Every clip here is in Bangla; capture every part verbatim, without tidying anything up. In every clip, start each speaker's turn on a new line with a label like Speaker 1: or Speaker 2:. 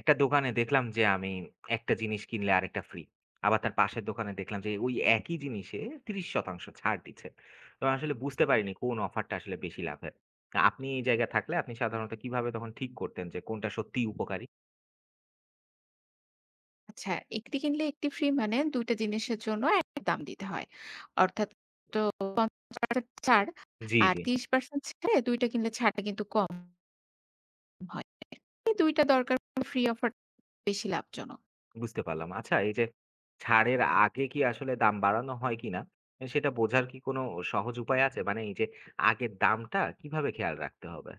Speaker 1: একটা দোকানে দেখলাম যে আমি একটা জিনিস কিনলে আরেকটা ফ্রি। আবার তার পাশের দোকানে দেখলাম যে ওই একই জিনিসে ত্রিশ পার্সেন্ট ছাড় দিচ্ছে। তো আসলে বুঝতে পারিনি কোন অফারটা আসলে বেশি লাভের। আপনি এই জায়গায় থাকলে আপনি সাধারণত কিভাবে তখন ঠিক করতেন যে কোনটা সত্যিই উপকারী?
Speaker 2: আচ্ছা, একটি কিনলে একটি ফ্রি মানে দুইটা জিনিসের জন্য এক দাম দিতে হয়, অর্থাৎ পঞ্চাশ পার্সেন্ট ছাড়।
Speaker 1: জি,
Speaker 2: আর
Speaker 1: জি।
Speaker 2: ত্রিশ পার্সেন্ট ছেড়ে দুইটা কিনলে ছাড়টা কিন্তু কম হয়। এই দুইটা দরকার, ফ্রি অফার বেশি লাভজনক।
Speaker 1: বুঝতে পারলাম। আচ্ছা এই যে ছাড়ের আগে কি আসলে দাম বাড়ানো হয় কিনা এ সেটা বোঝার কি কোনো সহজ উপায় আছে? মানে এই যে আগের দামটা কিভাবে খেয়াল রাখতে হবে?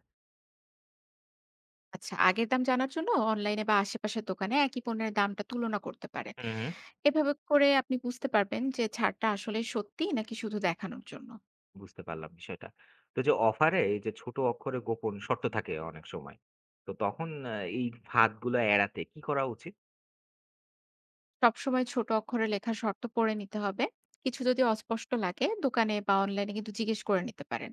Speaker 2: আচ্ছা, আগের দাম জানার জন্য অনলাইনে বা আশেপাশের দোকানে একই পণ্যের দামটা তুলনা করতে পারেন।
Speaker 1: হু, হু।
Speaker 2: এভাবে করে আপনি বুঝতে পারবেন যে ছাড়টা আসলে সত্যি নাকি শুধু দেখানোর জন্য।
Speaker 1: বুঝতে পারলাম বিষয়টা। তো যে অফারে এই যে ছোট অক্ষরে গোপন শর্ত থাকে অনেক সময়। তো তখন আ এই ফাঁদগুলো এড়াতে কি করা উচিত?
Speaker 2: সবসময় ছোট অক্ষরে লেখা শর্ত পড়ে নিতে হবে। কিছু যদি অস্পষ্ট লাগে দোকানে বা অনলাইনে কিন্তু জিজ্ঞেস করে নিতে পারেন।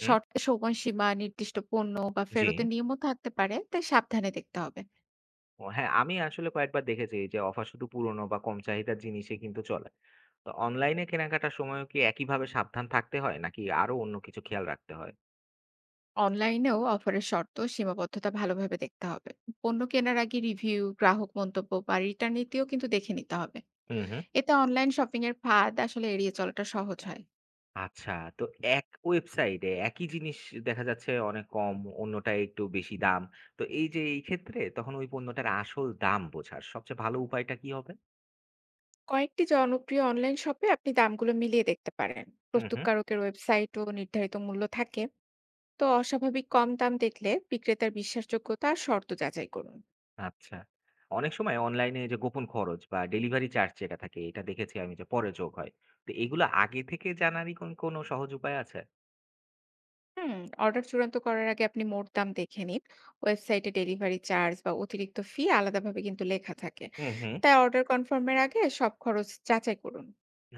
Speaker 1: হুম,
Speaker 2: শর্ট সময়সীমা, নির্দিষ্ট পণ্য বা
Speaker 1: জি।
Speaker 2: ফেরতের নিয়মও থাকতে পারে, তাই সাবধানে দেখতে হবে।
Speaker 1: ও হ্যাঁ, আমি আসলে কয়েকবার দেখেছি যে অফার শুধু পুরনো বা কম চাহিদার জিনিসে কিন্তু চলে। তো অনলাইনে কেনাকাটার সময়ও কি একইভাবে সাবধান থাকতে হয় নাকি আরো অন্য কিছু খেয়াল রাখতে হয়?
Speaker 2: অনলাইনেও অফারের শর্ত ও সীমাবদ্ধতা ভালোভাবে দেখতে হবে। পণ্য কেনার আগে রিভিউ, গ্রাহক মন্তব্য বা রিটার্ন নীতিও কিন্তু দেখে নিতে হবে।
Speaker 1: হুম, হুম।
Speaker 2: এতে অনলাইন শপিং এর ফাঁদ আসলে এড়িয়ে চলাটা সহজ হয়।
Speaker 1: আচ্ছা, তো এক ওয়েবসাইটে একই জিনিস দেখা যাচ্ছে অনেক কম, অন্যটায় একটু বেশি দাম। তো এই যে এই ক্ষেত্রে তখন ওই পণ্যটার আসল দাম বোঝার সবচেয়ে ভালো উপায়টা কি হবে?
Speaker 2: কয়েকটি জনপ্রিয় অনলাইন শপে আপনি দামগুলো মিলিয়ে দেখতে পারেন।
Speaker 1: হুম, হুম।
Speaker 2: প্রস্তুতকারকের ওয়েবসাইটও নির্ধারিত মূল্য থাকে। তো অস্বাভাবিক কম দাম দেখলে বিক্রেতার বিশ্বাসযোগ্যতা আর শর্ত যাচাই করুন।
Speaker 1: আচ্ছা। অনেক সময় অনলাইনে যে গোপন খরচ বা ডেলিভারি চার্জ যেটা থাকে এটা দেখেছি আমি যে পরে যোগ হয়। তো এগুলো আগে থেকে জানারই কোন কোনো সহজ উপায় আছে?
Speaker 2: হুম, অর্ডার চূড়ান্ত করার আগে আপনি মোট দাম দেখে নিন। ওয়েবসাইটে ডেলিভারি চার্জ বা অতিরিক্ত ফি আলাদাভাবে কিন্তু লেখা থাকে।
Speaker 1: হুম, হুম।
Speaker 2: তাই অর্ডার কনফার্মের আগে সব খরচ যাচাই করুন।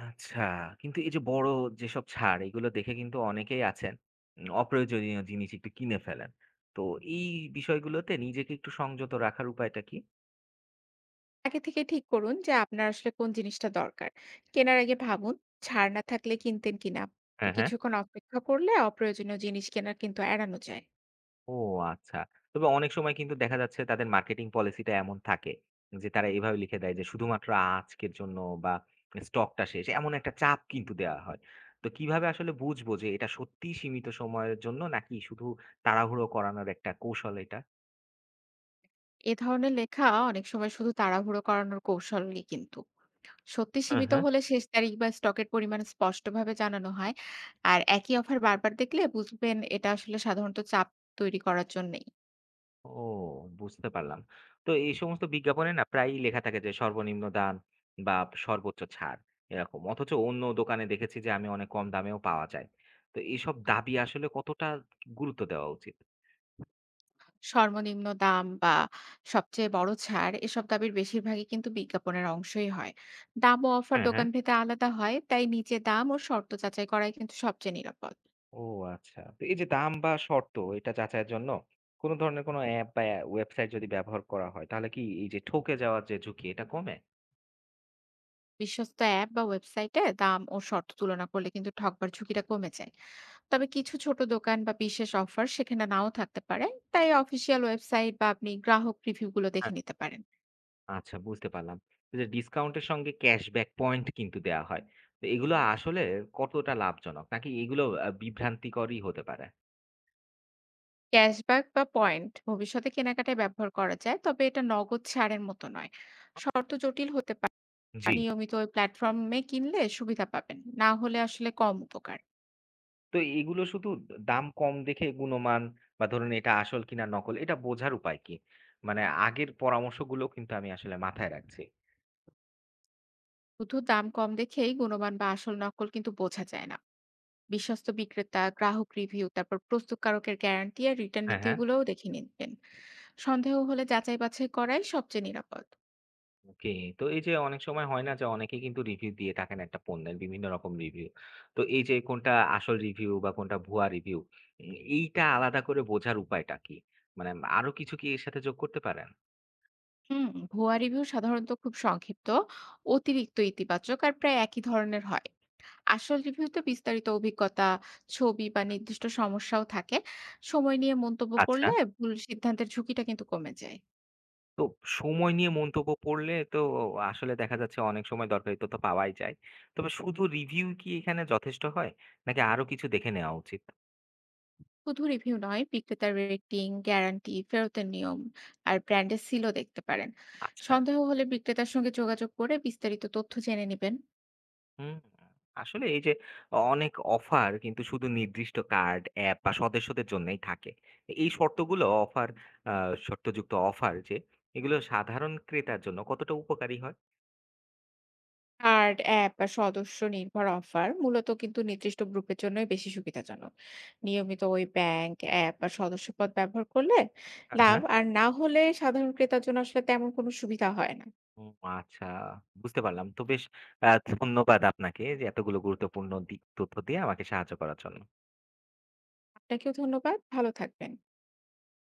Speaker 1: আচ্ছা। কিন্তু এই যে বড় যেসব ছাড় এগুলো দেখে কিন্তু অনেকেই আছেন উম অপ্রয়োজনীয় জিনিস একটু কিনে ফেলেন। তো এই বিষয়গুলোতে নিজেকে একটু সংযত রাখার উপায়টা কি?
Speaker 2: আগে থেকে ঠিক করুন যে আপনার আসলে কোন জিনিসটা দরকার। কেনার আগে ভাবুন, ছাড় না থাকলে কিনতেন কিনা। তো
Speaker 1: হ্যাঁ, হ্যাঁ।
Speaker 2: কিছুক্ষণ অপেক্ষা করলে অপ্রয়োজনীয় জিনিস কেনা কিন্তু এড়ানো যায়।
Speaker 1: ও আচ্ছা। তবে অনেক সময় কিন্তু দেখা যাচ্ছে তাদের মার্কেটিং পলিসিটা এমন থাকে যে তারা এভাবে লিখে দেয় যে শুধুমাত্র আজকের জন্য বা স্টকটা শেষ। এমন একটা চাপ কিন্তু দেয়া হয়। তো কিভাবে আসলে বুঝবো যে এটা সত্যিই সীমিত সময়ের জন্য নাকি শুধু তাড়াহুড়ো করানোর একটা কৌশল এটা?
Speaker 2: এ ধরনের লেখা অনেক সময় শুধু তাড়াহুড়ো করানোর কৌশলই কিন্তু। সত্যি
Speaker 1: হ্যাঁ,
Speaker 2: সীমিত
Speaker 1: হ্যাঁ।
Speaker 2: হলে শেষ তারিখ বা স্টকের পরিমাণ স্পষ্টভাবে জানানো হয়। আর একই অফার বারবার দেখলে বুঝবেন এটা আসলে সাধারণত চাপ তৈরি করার জন্যই।
Speaker 1: ও বুঝতে পারলাম। তো এই সমস্ত বিজ্ঞাপনে না প্রায়ই লেখা থাকে যে সর্বনিম্ন দাম বা সর্বোচ্চ ছাড় এরকম। অথচ অন্য দোকানে দেখেছি যে আমি অনেক কম দামেও পাওয়া যায়। তো এইসব দাবি আসলে কতটা গুরুত্ব দেওয়া উচিত?
Speaker 2: সর্বনিম্ন দাম বা সবচেয়ে বড় ছাড় এসব দাবির বেশিরভাগই কিন্তু বিজ্ঞাপনের অংশই হয়। দাম ও অফার
Speaker 1: হ্যাঁ, হ্যাঁ।
Speaker 2: দোকান ভেদে আলাদা হয়, তাই নিচে দাম ও শর্ত যাচাই করাই কিন্তু সবচেয়ে নিরাপদ।
Speaker 1: ও আচ্ছা। তো এই যে দাম বা শর্ত এটা যাচাইয়ের জন্য কোন ধরনের কোন অ্যাপ বা ওয়েবসাইট যদি ব্যবহার করা হয় তাহলে কি এই যে ঠকে যাওয়ার যে ঝুঁকি এটা কমে?
Speaker 2: বিশ্বস্ত অ্যাপ বা ওয়েবসাইটে দাম ও শর্ত তুলনা করলে কিন্তু ঠকবার ঝুঁকিটা কমে যায়। তবে কিছু ছোট দোকান বা বিশেষ অফার সেখানে নাও থাকতে পারে, তাই অফিসিয়াল ওয়েবসাইট বা আপনি গ্রাহক রিভিউ গুলো দেখে নিতে পারেন।
Speaker 1: আচ্ছা বুঝতে পারলাম। তো যে ডিসকাউন্টের সঙ্গে ক্যাশব্যাক পয়েন্ট কিন্তু দেয়া হয়। তো এগুলো আসলে কতটা লাভজনক? নাকি এগুলো আ বিভ্রান্তিকরই হতে পারে?
Speaker 2: ক্যাশব্যাক বা পয়েন্ট ভবিষ্যতে কেনাকাটায় ব্যবহার করা যায়, তবে এটা নগদ ছাড়ের মতো নয়। শর্ত জটিল হতে পারে।
Speaker 1: জি।
Speaker 2: নিয়মিত ওই প্ল্যাটফর্মে কিনলে সুবিধা পাবেন, না হলে আসলে কম উপকার।
Speaker 1: তো এগুলো শুধু দাম কম দেখে গুণমান বা ধরুন এটা আসল কিনা নকল এটা বোঝার উপায় কি? মানে আগের পরামর্শগুলো কিন্তু আমি আসলে মাথায় রাখছি।
Speaker 2: শুধু দাম কম দেখেই গুণমান বা আসল নকল কিন্তু বোঝা যায় না। বিশ্বস্ত বিক্রেতা, গ্রাহক রিভিউ, তারপর প্রস্তুতকারকের গ্যারান্টি আর রিটার্ন
Speaker 1: হ্যাঁ, হ্যাঁ।
Speaker 2: নীতিগুলোও দেখে নিবেন। সন্দেহ হলে যাচাই বাছাই করাই সবচেয়ে নিরাপদ।
Speaker 1: ওকে। তো এই যে অনেক সময় হয় না যে অনেকে কিন্তু রিভিউ দিয়ে থাকেন একটা পণ্যের বিভিন্ন রকম রিভিউ। তো এই যে কোনটা আসল রিভিউ বা কোনটা ভুয়া রিভিউ উম এইটা আলাদা করে বোঝার উপায়টা কি? মানে আরো কিছু কি এর সাথে যোগ করতে পারেন?
Speaker 2: হুম, ভুয়া রিভিউ সাধারণত খুব সংক্ষিপ্ত, অতিরিক্ত ইতিবাচক আর প্রায় একই ধরনের হয়। আসল রিভিউতে বিস্তারিত অভিজ্ঞতা, ছবি বা নির্দিষ্ট সমস্যাও থাকে। সময় নিয়ে মন্তব্য
Speaker 1: আচ্ছা।
Speaker 2: করলে ভুল সিদ্ধান্তের ঝুঁকিটা কিন্তু কমে যায়।
Speaker 1: তো সময় নিয়ে মন্তব্য পড়লে তো আসলে দেখা যাচ্ছে অনেক সময় দরকারি তথ্য পাওয়াই যায়। তবে শুধু রিভিউ কি এখানে যথেষ্ট হয়? নাকি আরো কিছু দেখে নেওয়া উচিত?
Speaker 2: শুধু রিভিউ নয়, বিক্রেতার রেটিং, গ্যারান্টি, ফেরতের নিয়ম আর ব্র্যান্ডের সিলও দেখতে পারেন।
Speaker 1: আচ্ছা।
Speaker 2: সন্দেহ হলে বিক্রেতার সঙ্গে যোগাযোগ করে বিস্তারিত তথ্য জেনে নেবেন।
Speaker 1: হুম, আসলে এই যে অনেক অফার কিন্তু শুধু নির্দিষ্ট কার্ড, অ্যাপ বা সদস্যদের জন্যই থাকে। এই শর্তগুলো অফার আ শর্তযুক্ত অফার যে এগুলো সাধারণ ক্রেতার জন্য কতটা উপকারী হয়?
Speaker 2: কার্ড, অ্যাপ বা সদস্য নির্ভর অফার মূলত কিন্তু নির্দিষ্ট গ্রুপের জন্যই বেশি সুবিধাজনক। নিয়মিত ওই ব্যাংক, অ্যাপ বা সদস্যপদ ব্যবহার করলে
Speaker 1: হ্যাঁ,
Speaker 2: লাভ,
Speaker 1: হ্যাঁ।
Speaker 2: আর না হলে সাধারণ ক্রেতার জন্য আসলে তেমন কোনো সুবিধা হয় না।
Speaker 1: ও আচ্ছা, বুঝতে পারলাম। তো বেশ আ ধন্যবাদ আপনাকে যে এতগুলো গুরুত্বপূর্ণ দিক তথ্য দিয়ে আমাকে সাহায্য করার জন্য।
Speaker 2: আপনাকেও ধন্যবাদ। ভালো থাকবেন।